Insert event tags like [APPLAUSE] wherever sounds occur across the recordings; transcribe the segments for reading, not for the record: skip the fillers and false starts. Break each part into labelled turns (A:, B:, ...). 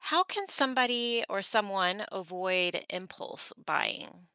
A: How can somebody or someone avoid impulse buying?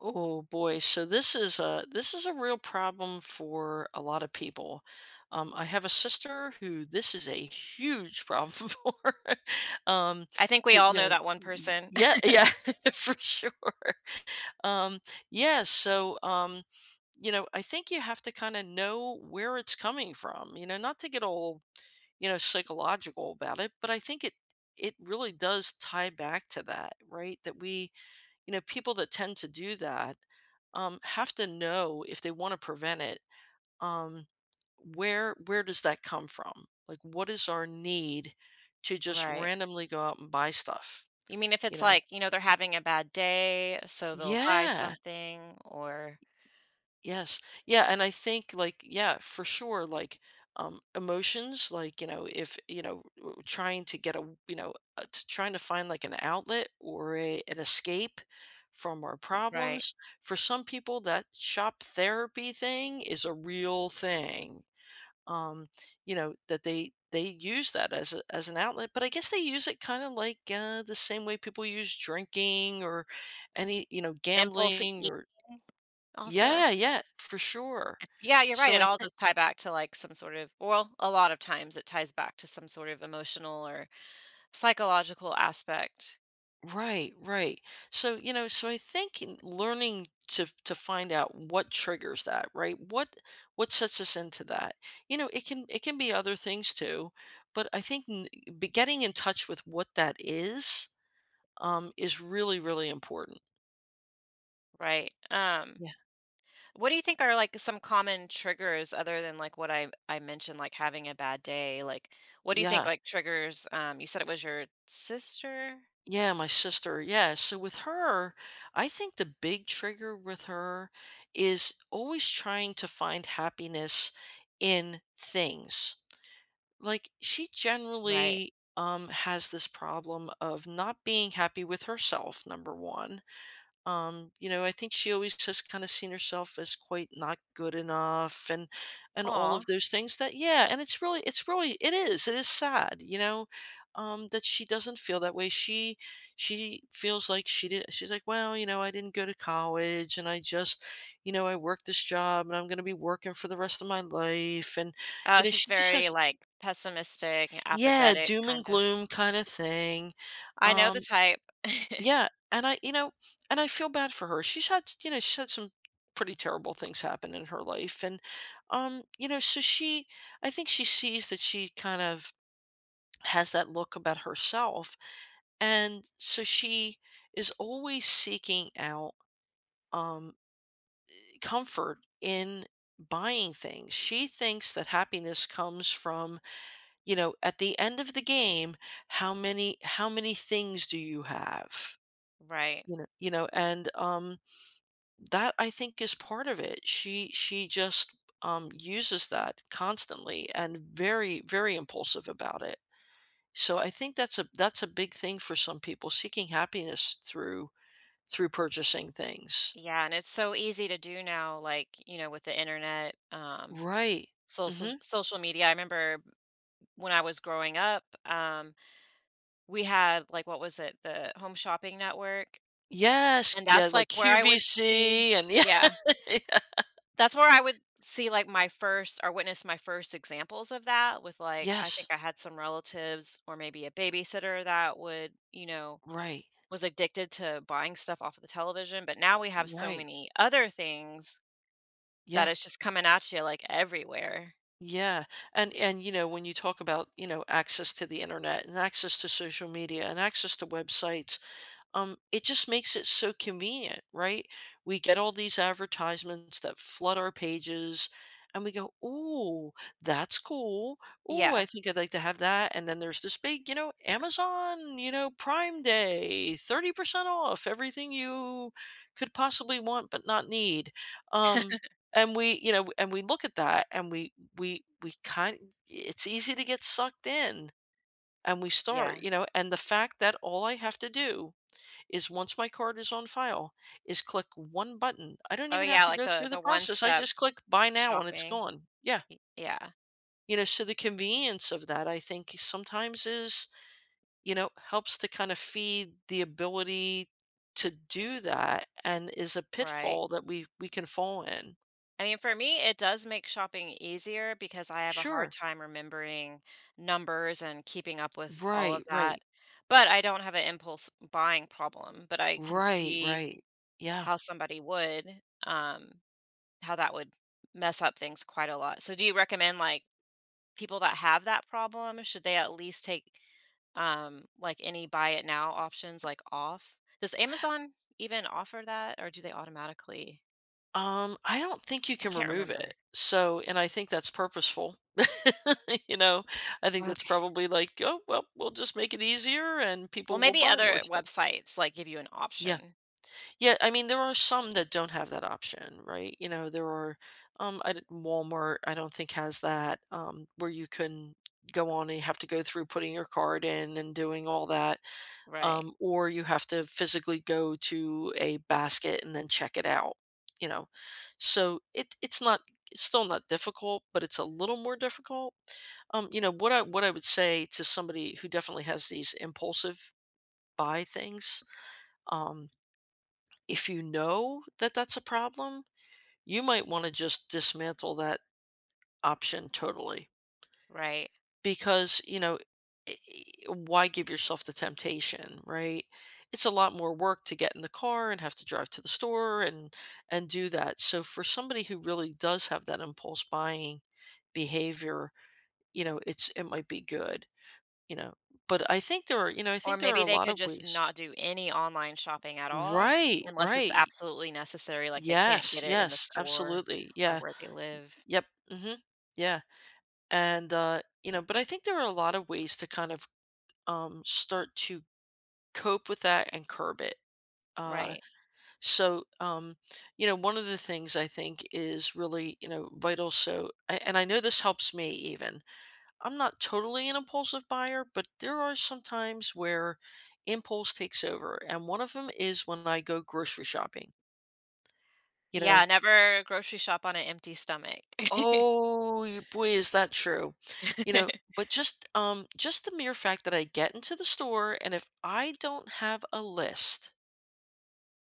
B: Oh boy, so this is a real problem for a lot of people. I have a sister who this is a huge problem [LAUGHS] for. Um,
A: I think we
B: to
A: all
B: you
A: know
B: know,
A: that one
B: y-
A: person.
B: Yeah,
A: [LAUGHS]
B: yeah, [LAUGHS] for sure. Um, yeah, so you know, I think you have to kind of know where it's coming from. You know, not to get all psychological about it, but I think it really does tie back to that, right? That people that tend to do that have to know if they want to prevent it. Um, where does that come from? Like, what is our need to just
A: Right.
B: randomly go out and buy stuff?
A: You mean if
B: You
A: it's
B: know,
A: like, you know, they're having a bad day, so they'll buy
B: yeah.
A: something or
B: Yes. Yeah, and I think, like, yeah, for sure, like, emotions, like, you know, if, you know, t trying to find, like, an outlet or a an escape from our
A: right.
B: problems. For some people, that shop therapy thing is a real thing, um, you know, that they use that as a as an outlet, but I guess they use it kinda like, the same way people use drinking or
A: Impulse
B: gambling,
A: eating
B: or
A: also?
B: yeah, yeah, for sure.
A: Yeah, you're right.
B: So
A: It
B: I
A: all
B: think
A: does tie back to like some sort of, well, a lot of times it ties back to some sort of emotional or psychological aspect,
B: Right, right. So I think, in learning to find out what triggers that, right? What sets us into that? You know, it can be other things too, but I think be getting in touch with what that is really important.
A: right?
B: Yeah.
A: What do you think are like some common triggers other than like what I mentioned, like having a bad day? Like, what do you think
B: Yeah.
A: like triggers? You said it was your sister,
B: Yeah, my sister. Yeah. So with her, I think the big trigger with her is always trying to find happiness in things. Like, she
A: right?
B: generally has this problem of not being happy with herself, number one. You know, I think she always has kind of seen herself as quite not good enough, and all
A: Aw.
B: of those things that yeah, and it's really it is. It is sad, you know, that she doesn't feel that way. She feels like she's like, well, you know, I didn't go to college, and I just, you know, I worked this job, and I'm going to be working for the rest of my life, and you
A: Oh,
B: know,
A: she's
B: she just
A: very
B: has,
A: like pessimistic and
B: yeah,
A: apathetic,
B: doom and
A: kind of.
B: gloom kind of thing.
A: I know
B: Um
A: the type. [LAUGHS]
B: yeah, and I feel bad for her. She's had some pretty terrible things happen in her life, and you know, so she I think she sees that. She kind of has that look about herself, and so she is always seeking out um comfort in buying things. She thinks that happiness comes from, you know, at the end of the game, how many things do you have?
A: Right.
B: You know, and That, I think, is part of it. She just, uses that constantly, and very, very impulsive about it. So I think that's a big thing for some people, seeking happiness through purchasing things.
A: Yeah, and it's so easy to do now, like, you know, with the internet,
B: Right.
A: social
B: Mhm.
A: social media. I remember when I was growing up, we had like what was it, the Home Shopping Network,
B: Yes,
A: and
B: yeah,
A: that's like
B: like
A: where I would see
B: QVC and [LAUGHS] yeah,
A: yeah,
B: yeah.
A: that's where I would see like my first or witness my first examples of that with like I think
B: Yes.
A: I had some relatives or maybe a babysitter that would, you know,
B: Right.
A: was addicted to buying stuff off of the television, but now we have so
B: Right.
A: many other things that
B: Yeah.
A: is just coming at you, like, everywhere.
B: Yeah. And you know, when you talk about, you know, access to the internet and access to social media and access to websites, it just makes it so convenient, right? We get all these advertisements that flood our pages, and we go, oh, that's cool. Oh, I
A: Yeah,
B: think I'd like to have that. And then there's this big, you know, Amazon, you know, Prime Day, 30% off everything you could possibly want but not need. Um, and we look at that, and we kind it's easy to get sucked in, and we start,
A: yeah.
B: you know, and the fact that all I have to do is, once my card is on file, is click one button. I don't
A: Oh,
B: even have
A: yeah,
B: to
A: like
B: go
A: the
B: through the
A: the
B: process. I
A: one-step
B: just click buy now, and it's
A: shopping.
B: gone. Yeah.
A: Y yeah,
B: You know, so the convenience of that, I think, sometimes helps to kind of feed the ability to do that, and is a
A: right.
B: pitfall that we can fall in.
A: I mean, for me, it does make shopping easier because I have a hard
B: Sure.
A: time remembering numbers and keeping up with all
B: Right,
A: of that,
B: right.
A: but I don't have an impulse buying problem, but I can
B: Right,
A: see
B: right. Yeah.
A: how somebody would, um, how that would mess up things quite a lot. So do you recommend, like, people that have that problem, should they at least take, like, any buy it now options, like, off? Does Amazon even offer that, or do they automatically
B: I don't think you
A: I
B: can
A: can't
B: remove it.
A: remember.
B: So, and I think that's purposeful. [LAUGHS] you know, I think that's
A: Okay.
B: probably like, oh, well, we'll just make it easier and
A: Well,
B: people will
A: maybe
B: buy more
A: other
B: stuff.
A: websites, like, give you an
B: Yeah.
A: option.
B: Yeah. I mean, there are some that don't have that option, right? You know, there are, Walmart, I don't think has that, where you can go on and you have to go through putting your card in and doing all that,
A: Right,
B: or you have to physically go to a basket and then check it out, you know, so it's still not difficult, but it's a little more difficult. You know, what I would say to somebody who definitely has these impulsive buy things, um, if you know that that's a problem, you might want to just dismantle that option totally.
A: right.
B: Because, you know, I I why give yourself the temptation, right? It's a lot more work to get in the car and have to drive to the store and do that. So for somebody who really does have that impulse buying behavior, you know, it might be good, you know. But I think there are, you know, I
A: Or
B: think there are
A: maybe
B: a
A: they
B: lot
A: could
B: of
A: just
B: ways.
A: not do any online shopping at all
B: Right,
A: unless it's
B: right.
A: absolutely necessary, like, they can't
B: Yes,
A: get it in the
B: yes,
A: store
B: absolutely.
A: or
B: Yeah.
A: where they live.
B: Yep. Hmm. Yeah. And you know, but I think there are a lot of ways to kind of start to cope with that and curb it. Uh,
A: Right.
B: so, you know, one of the things I think is really, you know, vital. So, and I know this helps me even. I'm not totally an impulsive buyer, but there are some times where impulse takes over. And one of them is when I go grocery shopping, you
A: Yeah,
B: know.
A: never grocery shop on an empty stomach. [LAUGHS]
B: Oh, boy, is that true? You know, but just the mere fact that I get into the store, and if I don't have a list,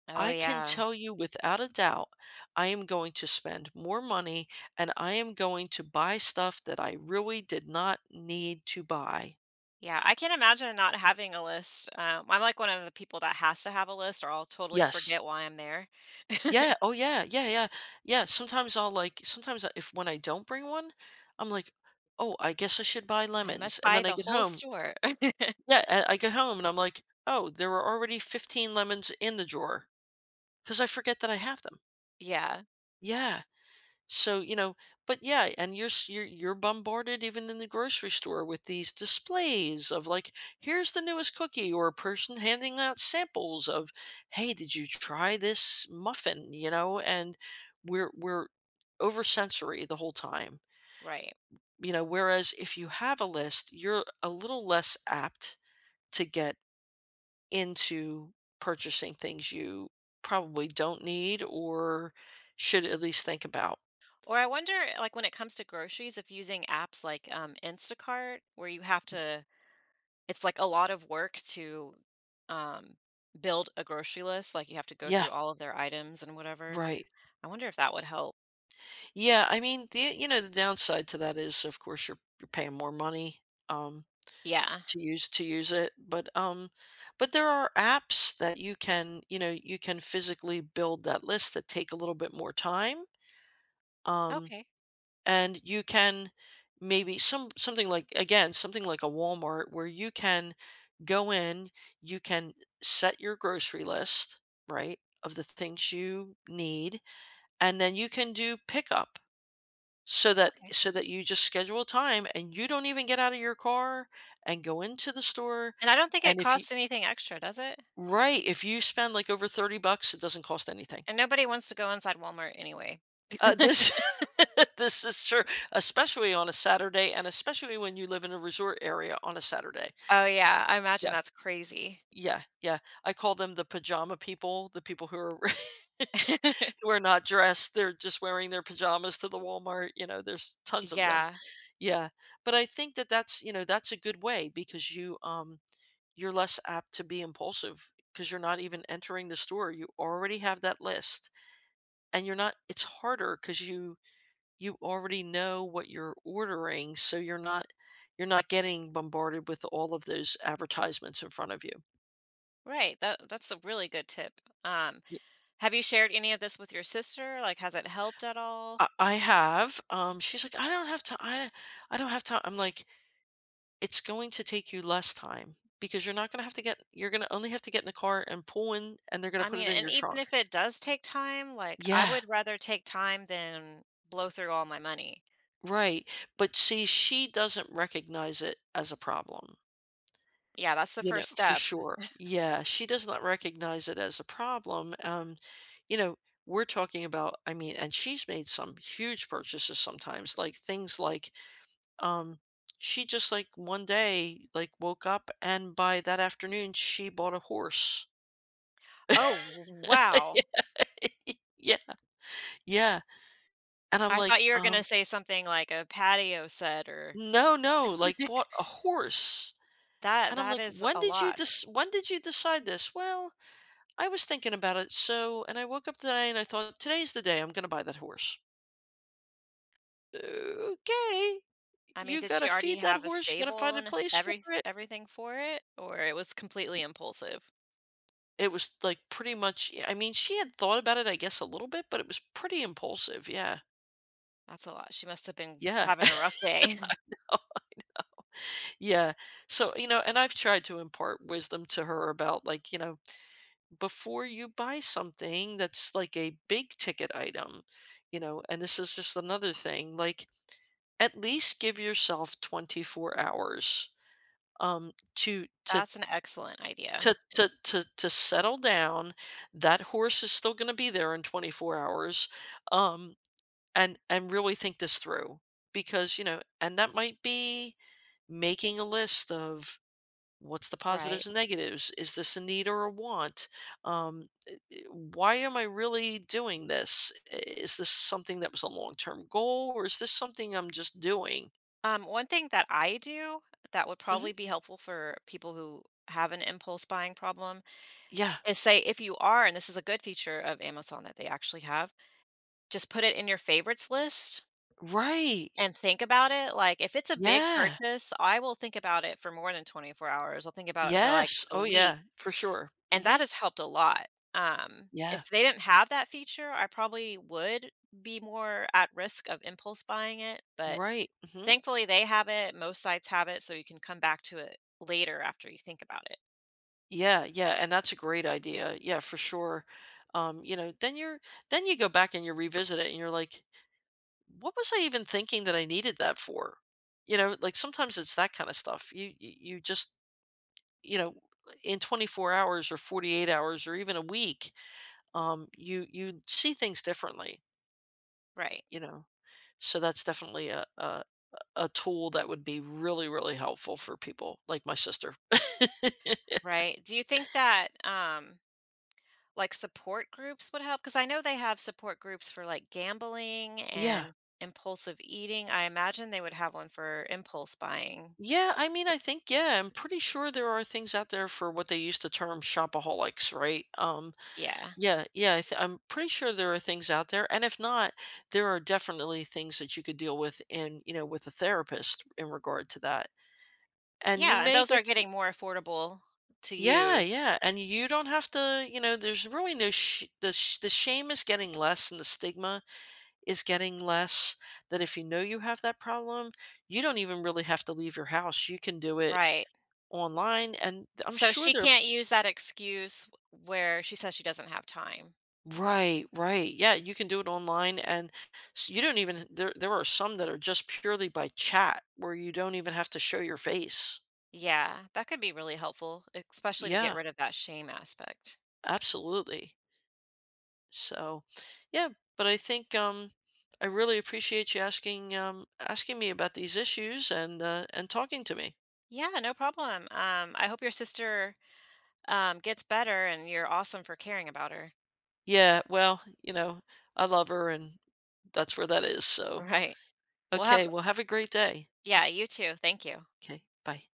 A: Oh,
B: I can
A: yeah.
B: tell you without a doubt, I am going to spend more money and I am going to buy stuff that I really did not need to buy.
A: Yeah, I can imagine not having a list. I'm like one of the people that has to have a list, or I'll totally
B: Yes.
A: forget why I'm there. [LAUGHS]
B: Yeah. Oh, yeah. Yeah. Yeah. Yeah. Sometimes I'll, like, sometimes, I- if when I don't bring one, I'm like, oh, I guess I should buy
A: I
B: lemons.
A: must
B: And
A: buy
B: then I
A: the
B: get
A: whole
B: home.
A: store. [LAUGHS]
B: Yeah. And I get home, and I'm like, oh, there were already 15 lemons in the drawer because I forget that I have them.
A: Yeah,
B: Yeah. So, you know, but yeah, and you're s- you're bombarded even in the grocery store with these displays of, like, here's the newest cookie, or a person handing out samples of, hey, did you try this muffin? You know, and we're over sensory the whole time.
A: right.
B: You know, whereas if you have a list, you're a little less apt to get into purchasing things you probably don't need or should at least think about.
A: Or I wonder, like, when it comes to groceries, if using apps like Instacart, where you have to, it's like a lot of work to um, build a grocery list. Like, you have to go
B: Yeah,
A: through all of their items and whatever.
B: right.
A: I wonder if that would help.
B: Yeah, I mean, the downside to that is, of course, you're paying more money, um,
A: Yeah.
B: to use it, but but there are apps that you can, you know, you can physically build that list that take a little bit more time, um,
A: Okay.
B: and you can, maybe something like, again, something like a Walmart, where you can go in, you can set your grocery list, right, of the things you need, and then you can do pickup so that
A: Okay.
B: you just schedule time and you don't even get out of your car and go into the store.
A: And I don't think it
B: And if you
A: costs anything extra, does it?
B: Right, if you spend, like, over 30 bucks, it doesn't cost anything.
A: And nobody wants to go inside Walmart anyway.
B: This [LAUGHS] this is true, especially on a Saturday, and especially when you live in a resort area on a Saturday.
A: Oh, yeah, I imagine
B: Yeah,
A: that's crazy.
B: yeah, yeah. I call them the pajama people, the people who are [LAUGHS] who
A: [LAUGHS]
B: are not dressed, they're just wearing their pajamas to the Walmart, you know, there's tons of them.
A: Yeah,
B: Yeah, but I think that that's, you know, that's a good way because you you're less apt to be impulsive because you're not even entering the store. You already have that list, and you're not it's harder, cuz you already know what you're ordering, so you're not getting bombarded with all of those advertisements in front of you.
A: right, that that's a really good tip. Um,
B: Y-
A: have you shared any of this with your sister? Like, has it helped at all?
B: I have. She's like, I don't have time. I don't have time. I'm like, it's going to take you less time because you're not going to have to get you're going to only have to get in the car and pull in and they're going
A: I
B: to put
A: mean,
B: it in
A: and
B: your
A: even
B: trunk.
A: if it does take time, like, I
B: Yeah,
A: would rather take time than blow through all my money.
B: right. But see, she doesn't recognize it as a problem.
A: Yeah, that's the
B: You know,
A: first
B: for
A: step.
B: sure. Yeah, she does not recognize it as a problem. You know, we're talking about I mean, and she's made some huge purchases sometimes, like things like um she just like one day like woke up and by that afternoon she bought a horse.
A: Oh, wow.
B: [LAUGHS] Yeah. Yeah, and I'm
A: I thought
B: like,
A: you were gonna say something like a patio set or
B: No, no,
A: [LAUGHS]
B: like, bought a horse."
A: that
B: And I'm
A: that
B: like,
A: is
B: "When
A: a
B: did you
A: lot.
B: dis? When did you decide this?" "Well, I was thinking about it, so and I woke up today and I thought, today's the day I'm gonna buy that horse.'" "Okay.
A: I mean,
B: You
A: did
B: gotta
A: she already
B: feed that
A: have a
B: horse, you gotta find
A: stable
B: a
A: and
B: place for
A: every
B: it."
A: everything for it, or it was completely
B: Y
A: impulsive?
B: It was, like, pretty much yeah, I mean, she had thought about it, I guess, a little bit, but it was pretty impulsive, yeah.
A: That's a lot. She must have been
B: Yeah,
A: having a rough day.
B: [LAUGHS] yeah. So, you know, and I've tried to impart wisdom to her about, like, you know, before you buy something that's like a big ticket item, you know, and this is just another thing, like at least give yourself 24 hours um to
A: [LAUGHS]
B: to
A: That's an excellent idea.
B: to settle down. That horse is still going to be there in 24 hours. Um and really think this through because, you know, and that might be making a list of what's the
A: Right.
B: positives and negatives? Is this a need or a want? Um why am I really doing this? Is this something that was a long term goal or is this something I'm just doing?
A: One thing that I do that would
B: Hmm.
A: probably be helpful for people who have an impulse buying problem
B: Yeah.
A: is say if you are, and this is a good feature of Amazon that they actually have, just put it in your favorites list
B: Right.
A: and think about it. Like if it's a big
B: Yeah.
A: purchase, I will think about it for more than 24 hours. I'll think about it for like
B: Yes.
A: a
B: Oh,
A: week,
B: yeah. For sure.
A: and
B: Hmm.
A: that has helped a lot.
B: Yeah.
A: If they didn't have that feature, I probably would be more at risk of impulse buying it, but
B: Right. Hmm.
A: thankfully they have it, most sites have it, so you can come back to it later after you think about it.
B: Yeah. Yeah. And that's a great idea. Yeah. For sure. You know, then then you go back and you revisit it and you're like, what was I even thinking that I needed that for? You know, like sometimes it's that kind of stuff. You just, you know, in 24 hours or 48 hours or even a week you see things differently,
A: Right.
B: you know, so that's definitely a tool that would be really really helpful for people like my sister.
A: Right. Do you think that like support groups would help because I know they have support groups for like gambling
B: [LAUGHS] Yeah,
A: and impulsive eating. I imagine they would have one for impulse buying.
B: yeah, I mean I think, yeah, I'm pretty sure there are things out there for what they used to term shopaholics, right?
A: Yeah.
B: Yeah I'm pretty sure there are things out there, and if not there are definitely things that you could deal with in, you know, with a therapist in regard to that. And you
A: Yeah. And
B: may
A: those are
B: get to
A: getting more affordable to
B: yeah,
A: use.
B: yeah, and you don't have to, you know, there's really no sh the shame is getting less and the stigma is getting less, that if you know you have that problem, you don't even really have to leave your house, you can do it
A: Right.
B: online, and I'm
A: So
B: sure
A: she
B: they're
A: can't use that excuse where she says she doesn't have time.
B: right, right, yeah, you can do it online, and s you don't even there are some that are just purely by chat, where you don't even have to show your face.
A: Yeah. That could be really helpful, especially to get
B: Yeah,
A: rid of that shame aspect.
B: absolutely. So, yeah, but I think I really appreciate you asking asking me about these issues and talking to me.
A: Yeah. No problem. I hope your sister gets better and you're awesome for caring about her.
B: Yeah, well, you know, I love her, and that's where that is. So,
A: Right. Well, have
B: okay, well, have a great day.
A: yeah, you too. Thank you.
B: Okay, bye.